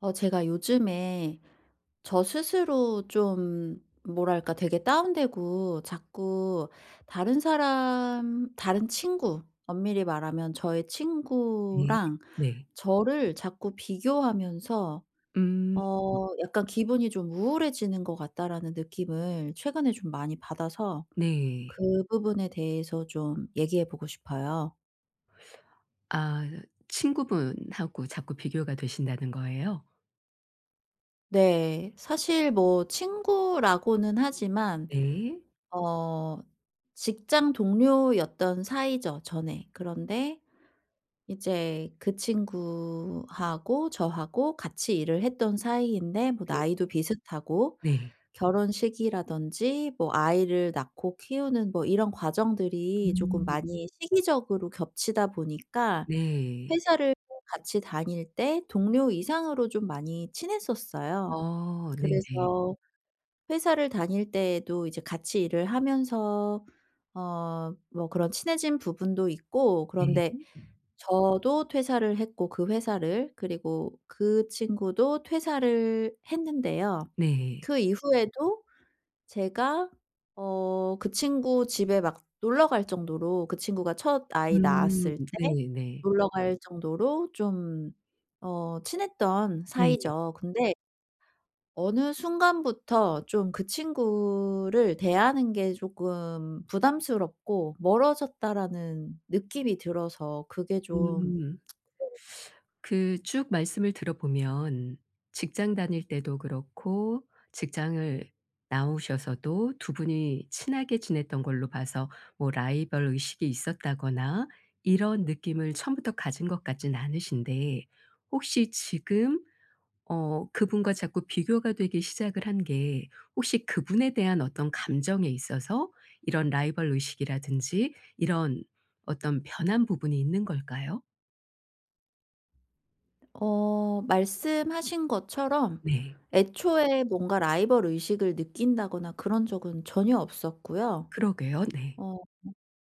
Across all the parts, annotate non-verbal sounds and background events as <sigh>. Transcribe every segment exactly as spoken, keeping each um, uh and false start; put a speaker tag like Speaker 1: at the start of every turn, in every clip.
Speaker 1: 어 제가 요즘에 저 스스로 좀 뭐랄까 되게 다운되고, 자꾸 다른 사람, 다른 친구, 엄밀히 말하면 저의
Speaker 2: 네.
Speaker 1: 친구랑
Speaker 2: 네.
Speaker 1: 저를 자꾸 비교하면서
Speaker 2: 음
Speaker 1: 어 약간 '기분이 좀 우울해지는 것 같다.'라는 느낌을 최근에 좀 많이 받아서,
Speaker 2: 네.
Speaker 1: 그 부분에 대해서 좀 얘기해 보고 싶어요.
Speaker 2: 아 친구분하고 자꾸 비교가 되신다는 거예요?
Speaker 1: 네. 사실 뭐 친구라고는 하지만,
Speaker 2: 네.
Speaker 1: 어 직장 동료였던 사이죠 전에. 그런데 이제 그 친구하고 저하고 같이 일을 했던 사이인데, 뭐
Speaker 2: 네.
Speaker 1: 나이도 비슷하고
Speaker 2: 네.
Speaker 1: 결혼 시기라든지 뭐 아이를 낳고 키우는 뭐 이런 과정들이 조금
Speaker 2: 음
Speaker 1: 많이 시기적으로 겹치다 보니까,
Speaker 2: 네.
Speaker 1: 회사를 같이 다닐 때 동료 이상으로 좀 많이 친했었어요.
Speaker 2: 어 네네.
Speaker 1: 그래서 회사를 다닐 때에도 이제 같이 일을 하면서 어 뭐 그런 친해진 부분도 있고. 그런데
Speaker 2: 네.
Speaker 1: 저도 퇴사를 했고 그 회사를, 그리고 그 친구도 퇴사를 했는데요.
Speaker 2: 네.
Speaker 1: 그 이후에도 제가 어 그 친구 집에 막 놀러 갈 정도로, 그 친구가 첫 아이
Speaker 2: 음
Speaker 1: 낳았을 때
Speaker 2: 네네.
Speaker 1: 놀러 갈 정도로 좀 어 친했던
Speaker 2: 네.
Speaker 1: 사이죠. 근데 어느 순간부터 좀 그 친구를 대하는 게 조금 부담스럽고 '멀어졌다.'라는 느낌이 들어서 그게 좀.
Speaker 2: 음. 그 쭉 말씀을 들어보면 직장 다닐 때도 그렇고 직장을 나오셔서도 두 분이 친하게 지냈던 걸로 봐서 뭐 라이벌 의식이 있었다거나 이런 느낌을 처음부터 가진 것 같진 않으신데 혹시 지금 어 그분과 자꾸 비교가 되기 시작을 한 게 혹시 그분에 대한 어떤 감정에 있어서 이런 라이벌 의식이라든지 이런 어떤 변한 부분이 있는 걸까요?
Speaker 1: 어 말씀하신 것처럼
Speaker 2: 네.
Speaker 1: 애초에 뭔가 라이벌 의식을 느낀다거나 그런 적은 전혀 없었고요.
Speaker 2: 그러게요. 네.
Speaker 1: 어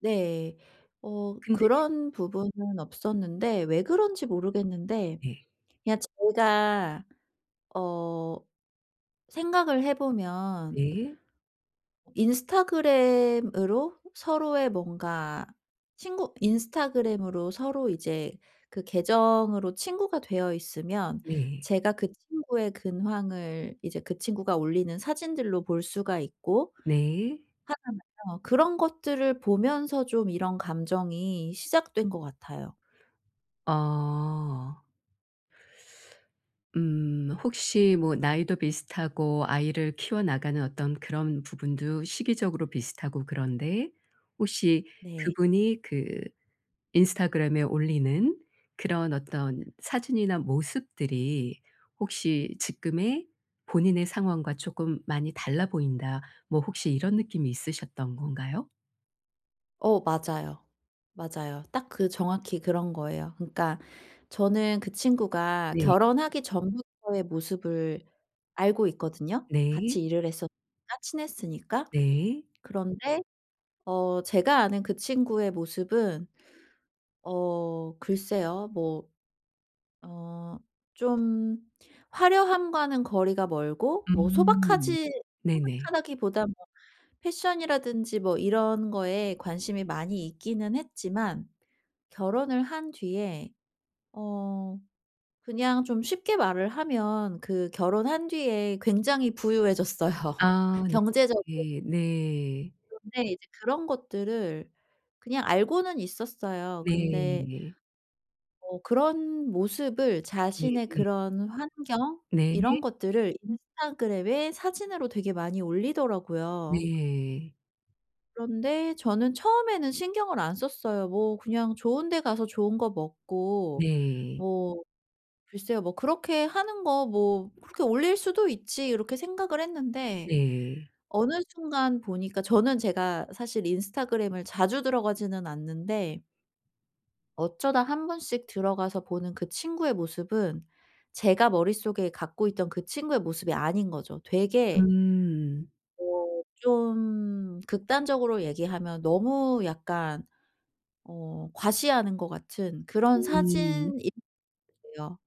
Speaker 1: 네. 어
Speaker 2: 근데
Speaker 1: 그런 부분은 없었는데 왜 그런지 모르겠는데,
Speaker 2: 네.
Speaker 1: 그냥 제가 어 생각을 해 보면
Speaker 2: 네.
Speaker 1: 인스타그램으로 서로의 뭔가, 친구 인스타그램으로 서로 이제 그 계정으로 친구가 되어 있으면
Speaker 2: 네.
Speaker 1: 제가 그 친구의 근황을 이제 그 친구가 올리는 사진들로 볼 수가 있고,
Speaker 2: 네.
Speaker 1: 어 그런 것들을 보면서 좀 이런 감정이 시작된 것 같아요.
Speaker 2: 어. 음 혹시 뭐 나이도 비슷하고 아이를 키워나가는 어떤 그런 부분도 시기적으로 비슷하고 그런데 혹시
Speaker 1: 네.
Speaker 2: 그분이 그 인스타그램에 올리는 그런 어떤 사진이나 모습들이 혹시 지금의 본인의 상황과 쪼끔 많이 달라 보인다. 뭐 혹시 이런 느낌이 있으셨던 건가요?
Speaker 1: 어 맞아요. 맞아요. 딱 그 정확히 그런 거예요. 그러니까 저는 그 친구가
Speaker 2: 네.
Speaker 1: 결혼하기 전부터의 모습을 알고 있거든요.
Speaker 2: 네.
Speaker 1: 같이 일을 했었으니까, 친했으니까.
Speaker 2: 네.
Speaker 1: 그런데 어 제가 아는 그 친구의 모습은, 어 글쎄요. 뭐 어 좀 화려함과는 거리가 멀고 뭐
Speaker 2: 음.
Speaker 1: 소박하지
Speaker 2: 네네.
Speaker 1: 소박하다기보다 뭐 패션이라든지 뭐 이런 거에 관심이 많이 있기는 했지만, 결혼을 한 뒤에 어 그냥 좀 쉽게 말을 하면 그 결혼한 뒤에 굉장히 부유해졌어요. <laughs>
Speaker 2: 아
Speaker 1: 경제적으로.
Speaker 2: 네. 네.
Speaker 1: 근데 이제 그런 것들을 그냥 알고는 있었어요. 근데
Speaker 2: 네.
Speaker 1: 어 그런 모습을, 자신의
Speaker 2: 네.
Speaker 1: 그런 환경 이런
Speaker 2: 네네.
Speaker 1: 것들을 인스타그램에 사진으로 되게 많이
Speaker 2: 네.
Speaker 1: 올리더라고요.
Speaker 2: 네.
Speaker 1: 그런데 저는 처음에는 신경을 안 썼어요. 뭐 그냥 좋은 데 가서 좋은 거 먹고
Speaker 2: 네.
Speaker 1: 뭐 글쎄요. 뭐 그렇게 하는 거 뭐 '그렇게 올릴 수도 있지.' 이렇게 생각을 했는데,
Speaker 2: 네.
Speaker 1: 어느 순간 보니까, 저는 제가 사실 인스타그램을 자주 들어가지는 않는데, 어쩌다 한 번씩 들어가서 보는 그 친구의 모습은 제가 머릿속에 갖고 있던 그 친구의 모습이 아닌 거죠. 되게
Speaker 2: 음.
Speaker 1: 어 좀 극단적으로 얘기하면 너무 약간 어 과시하는 것 같은 그런
Speaker 2: 음.
Speaker 1: 사진인 거예요.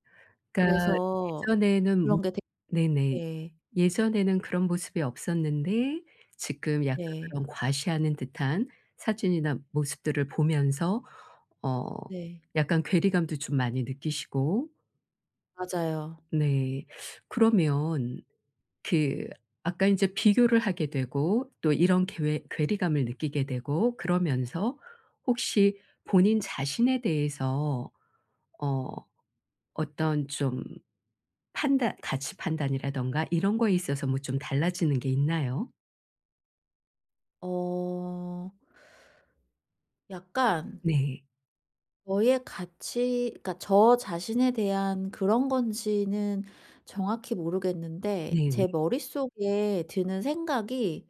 Speaker 2: 그러니까
Speaker 1: 그래서
Speaker 2: 예전에는 뭐
Speaker 1: 그런 게
Speaker 2: 네네.
Speaker 1: 되게.
Speaker 2: 예전에는 그런 모습이 없었는데 지금 약간
Speaker 1: 네.
Speaker 2: 그런 과시하는 듯한 사진이나 모습들을 보면서 어
Speaker 1: 네.
Speaker 2: 약간 괴리감도 좀 많이 느끼시고
Speaker 1: 맞아요.
Speaker 2: 네. 그러면 그 아까 인제 비교를 하게 되고 또 이런 괴 괴리감을 느끼게 되고 그러면서 혹시 본인 자신에 대해서 어 어떤 좀 판단 가치 판단이라든가 이런 거에 있어서 뭐 좀 달라지는 게 있나요?
Speaker 1: 어 약간
Speaker 2: 네.
Speaker 1: 저의 가치, 그러니까 저 자신에 대한 그런 건지는 정확히 모르겠는데,
Speaker 2: 네네.
Speaker 1: 제 머릿속에 드는 생각이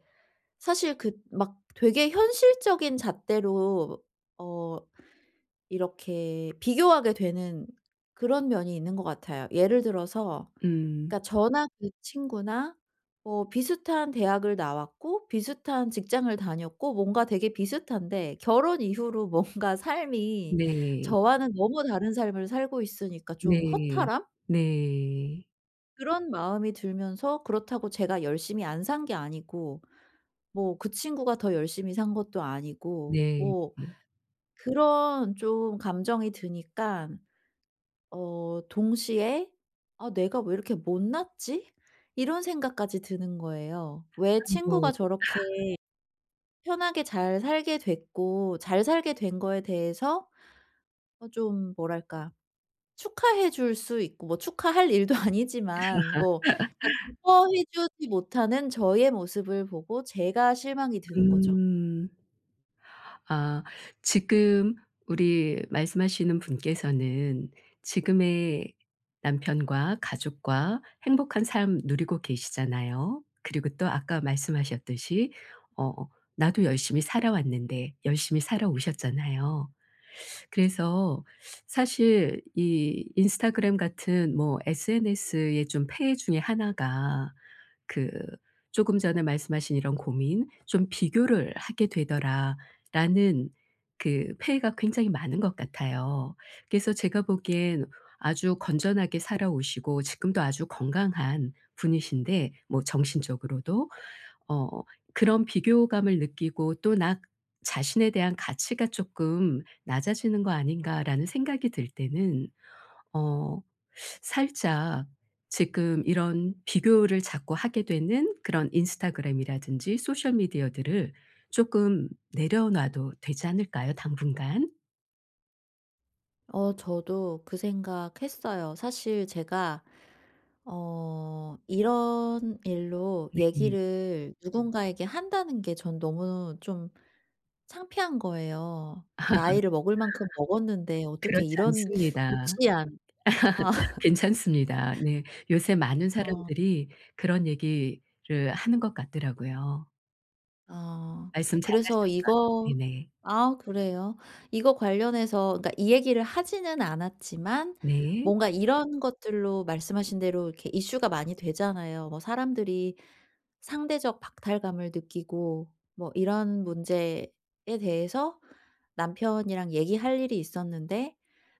Speaker 1: 사실 그 막 되게 현실적인 잣대로 어 이렇게 비교하게 되는 그런 면이 있는 것 같아요. 예를 들어서
Speaker 2: 음.
Speaker 1: 그러니까 저나 그 친구나 뭐 비슷한 대학을 나왔고 비슷한 직장을 다녔고 뭔가 되게 비슷한데, 결혼 이후로 <laughs> 뭔가 삶이
Speaker 2: 네.
Speaker 1: 저와는 너무 다른 삶을 살고 있으니까 좀
Speaker 2: 네.
Speaker 1: 허탈함?
Speaker 2: 네.
Speaker 1: 그런 마음이 들면서, 그렇다고 제가 열심히 안 산 게 아니고, 뭐 그 친구가 더 열심히 산 것도 아니고.
Speaker 2: 네.
Speaker 1: 뭐 그런 좀 감정이 드니까 어 동시에 '아 내가 왜 이렇게 못났지?' 이런 생각까지 드는 거예요. 왜 친구가
Speaker 2: 아이고.
Speaker 1: 저렇게 편하게 잘 살게 됐고 잘 살게 된 거에 대해서 어 좀 뭐랄까, 축하해 줄 수 있고 뭐 축하할 일도 <laughs> 아니지만, 뭐 그러니까 기뻐해 주지 못하는 저의 모습을 보고 제가 실망이 드는 거죠.
Speaker 2: 음. 아 지금 우리 말씀하시는 분께서는 지금의 남편과 가족과 행복한 삶 누리고 계시잖아요. 그리고 또 아까 말씀하셨듯이 어 나도 열심히 살아왔는데 열심히 살아오셨잖아요. 그래서 사실 이 인스타그램 같은 뭐 에스엔에스의 좀 폐해 중에 하나가 그 조금 전에 말씀하신 이런 고민 좀 '비교를 하게 되더라.'라는 그 폐해가 굉장히 많은 것 같아요. 그래서 제가 보기엔 아주 건전하게 살아오시고 지금도 아주 건강한 분이신데 뭐 정신적으로도 어 그런 비교감을 느끼고 또 '나 자신에 대한 가치가 쪼끔 낮아지는 거 아닌가.'라는 생각이 들 때는 어 살짝 지금 이런 비교를 자꾸 하게 되는 그런 인스타그램이라든지 소셜 미디어들을 조금 내려놔도 되지 않을까요 당분간?
Speaker 1: 어 저도 그 생각했어요. 사실 제가 어 이런 일로
Speaker 2: 음,
Speaker 1: 얘기를 음. 누군가에게 한다는 게 전 너무 좀 창피한 거예요. 나이를 먹을 만큼 먹었는데 어떻게
Speaker 2: 그렇지
Speaker 1: 이런
Speaker 2: 않습니다.
Speaker 1: 유치한. 아. <laughs>
Speaker 2: 괜찮습니다. 네. 요새 많은 사람들이 그런 얘기를 하는 것 같더라고요.
Speaker 1: 아.
Speaker 2: 말씀
Speaker 1: 그래서 이거.
Speaker 2: 잘하셨어요. 네네.
Speaker 1: 아 그래요? 이거 관련해서, 그러니까 이 얘기를 하지는 않았지만
Speaker 2: 네.
Speaker 1: 뭔가 이런 것들로 말씀하신 대로 이렇게 이슈가 많이 되잖아요. 뭐 사람들이 상대적 박탈감을 느끼고 뭐 이런 문제에 대해서 남편이랑 얘기할 일이 있었는데,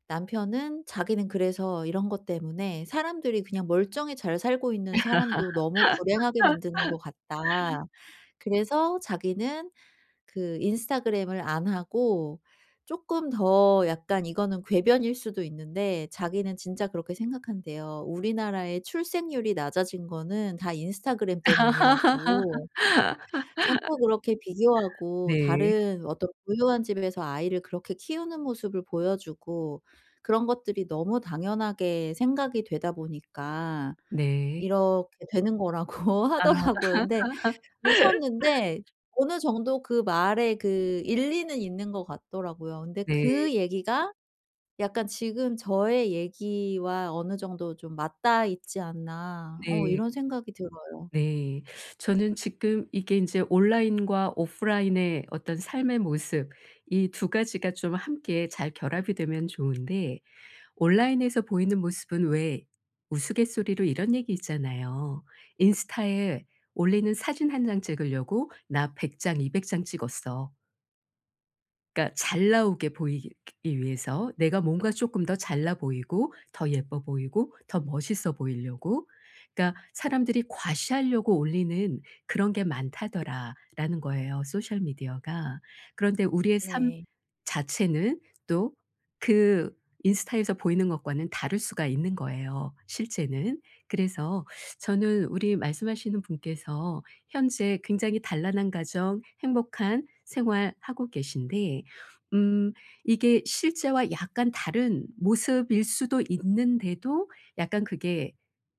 Speaker 1: 남편은 자기는 그래서 이런 것 때문에 "사람들이 그냥 멀쩡히 잘 살고 있는 사람도 너무 불행하게 만드는 것 같다." 그래서 자기는 그 인스타그램을 안 하고, 쪼끔 더 약간, 이거는 궤변일 수도 있는데 자기는 진짜 그렇게 생각한대요. "우리나라의 출생률이 낮아진 거는 다 인스타그램
Speaker 2: <laughs>
Speaker 1: 때문이라고." 자꾸 그렇게 비교하고
Speaker 2: 네.
Speaker 1: 다른 어떤 부유한 집에서 아이를 그렇게 키우는 모습을 보여주고, 그런 것들이 너무 당연하게 생각이 되다 보니까
Speaker 2: 네.
Speaker 1: 이렇게 되는 거라고
Speaker 2: 아
Speaker 1: <laughs> 하더라고요. 근데 웃었는데, 어느 정도 그 말에 그 일리는 있는 것 같더라고요. 근데
Speaker 2: 네.
Speaker 1: 그 얘기가 약간 지금 저의 얘기와 어느 정도 좀 맞닿아 있지 않나, 어
Speaker 2: 네.
Speaker 1: 이런 생각이 들어요.
Speaker 2: 네. 저는 지금 이게 인제 온라인과 오프라인의 어떤 삶의 모습 이 두 가지가 좀 함께 잘 결합이 되면 좋은데 온라인에서 보이는 모습은 왜 우스갯소리로 이런 얘기 있잖아요. "인스타에 올리는 사진 한 장 찍으려고 나 백 장, 이백 장 찍었어." 그러니까 잘 나오게 보이기 위해서 내가 뭔가 조금 더 잘나 보이고 더 예뻐 보이고 더 멋있어 보이려고 그러니까 사람들이 "과시하려고 올리는 그런 게 많다더라."라는 거예요 소셜 미디어가. 그런데 우리의 삶
Speaker 1: 네.
Speaker 2: 자체는 또 그 인스타에서 보이는 것과는 다를 수가 있는 거예요 실제는. 그래서 저는 우리 말씀하시는 분께서 현재 굉장히 단란한 가정 행복한 생활 하고 계신데 음 이게 실제와 약간 다른 모습일 수도 있는데도 약간 그게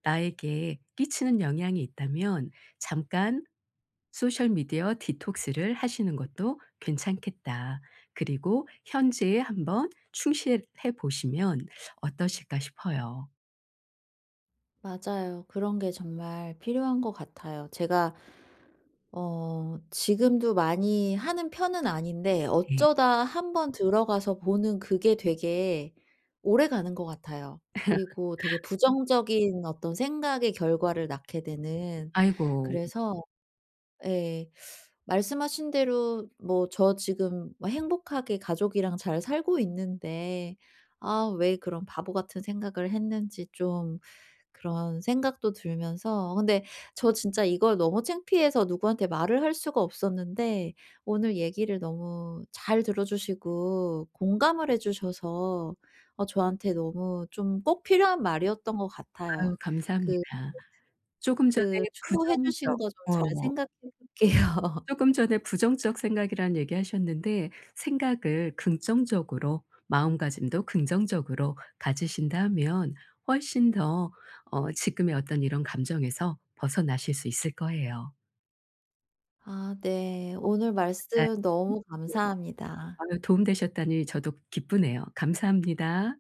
Speaker 2: 나에게 끼치는 영향이 있다면 잠깐 '소셜 미디어 디톡스를 하시는 것도 괜찮겠다. 그리고 현재에 한번 충실해 보시면 어떠실까?' 싶어요.
Speaker 1: 맞아요. 그런 게 정말 필요한 것 같아요. 제가 어 지금도 많이 하는 편은 아닌데,
Speaker 2: 네,
Speaker 1: 어쩌다 한번 들어가서 보는 그게 되게 오래가는 것 같아요. 그리고 되게 음. 부정적인 어떤 생각의 결과를 낳게 되는.
Speaker 2: 아이고.
Speaker 1: 그래서 예, 말씀하신 대로 뭐 저 지금 뭐 행복하게 가족이랑 잘 살고 있는데, 아 왜 그런 바보 같은 생각을 했는지 좀 그런 생각도 들면서. 근데 저 진짜 이걸 너무 창피해서 누구한테 말을 할 수가 없었는데, 오늘 얘기를 너무 잘 들어 주시고 공감을 해 주셔서 어 저한테 너무 좀 꼭 필요한 말이었던 것 같아요.
Speaker 2: 아유
Speaker 1: 그
Speaker 2: 감사합니다. 조금 전에
Speaker 1: 그 충고해 주신
Speaker 2: 부정적
Speaker 1: 거 좀 잘
Speaker 2: 어.
Speaker 1: 생각해 볼게요. <laughs>
Speaker 2: 조금 전에 부정적 생각이라는 얘기하셨는데 생각을 긍정적으로 마음가짐도 긍정적으로 가지신다면 훨씬 더 어 지금의 어떤 이런 감정에서 벗어나실 수 있을 거예요.
Speaker 1: 아 네. 오늘
Speaker 2: 네.
Speaker 1: 말씀 너무
Speaker 2: 네.
Speaker 1: 감사합니다.
Speaker 2: 아유 도움 되셨다니 저도 기쁘네요. 감사합니다.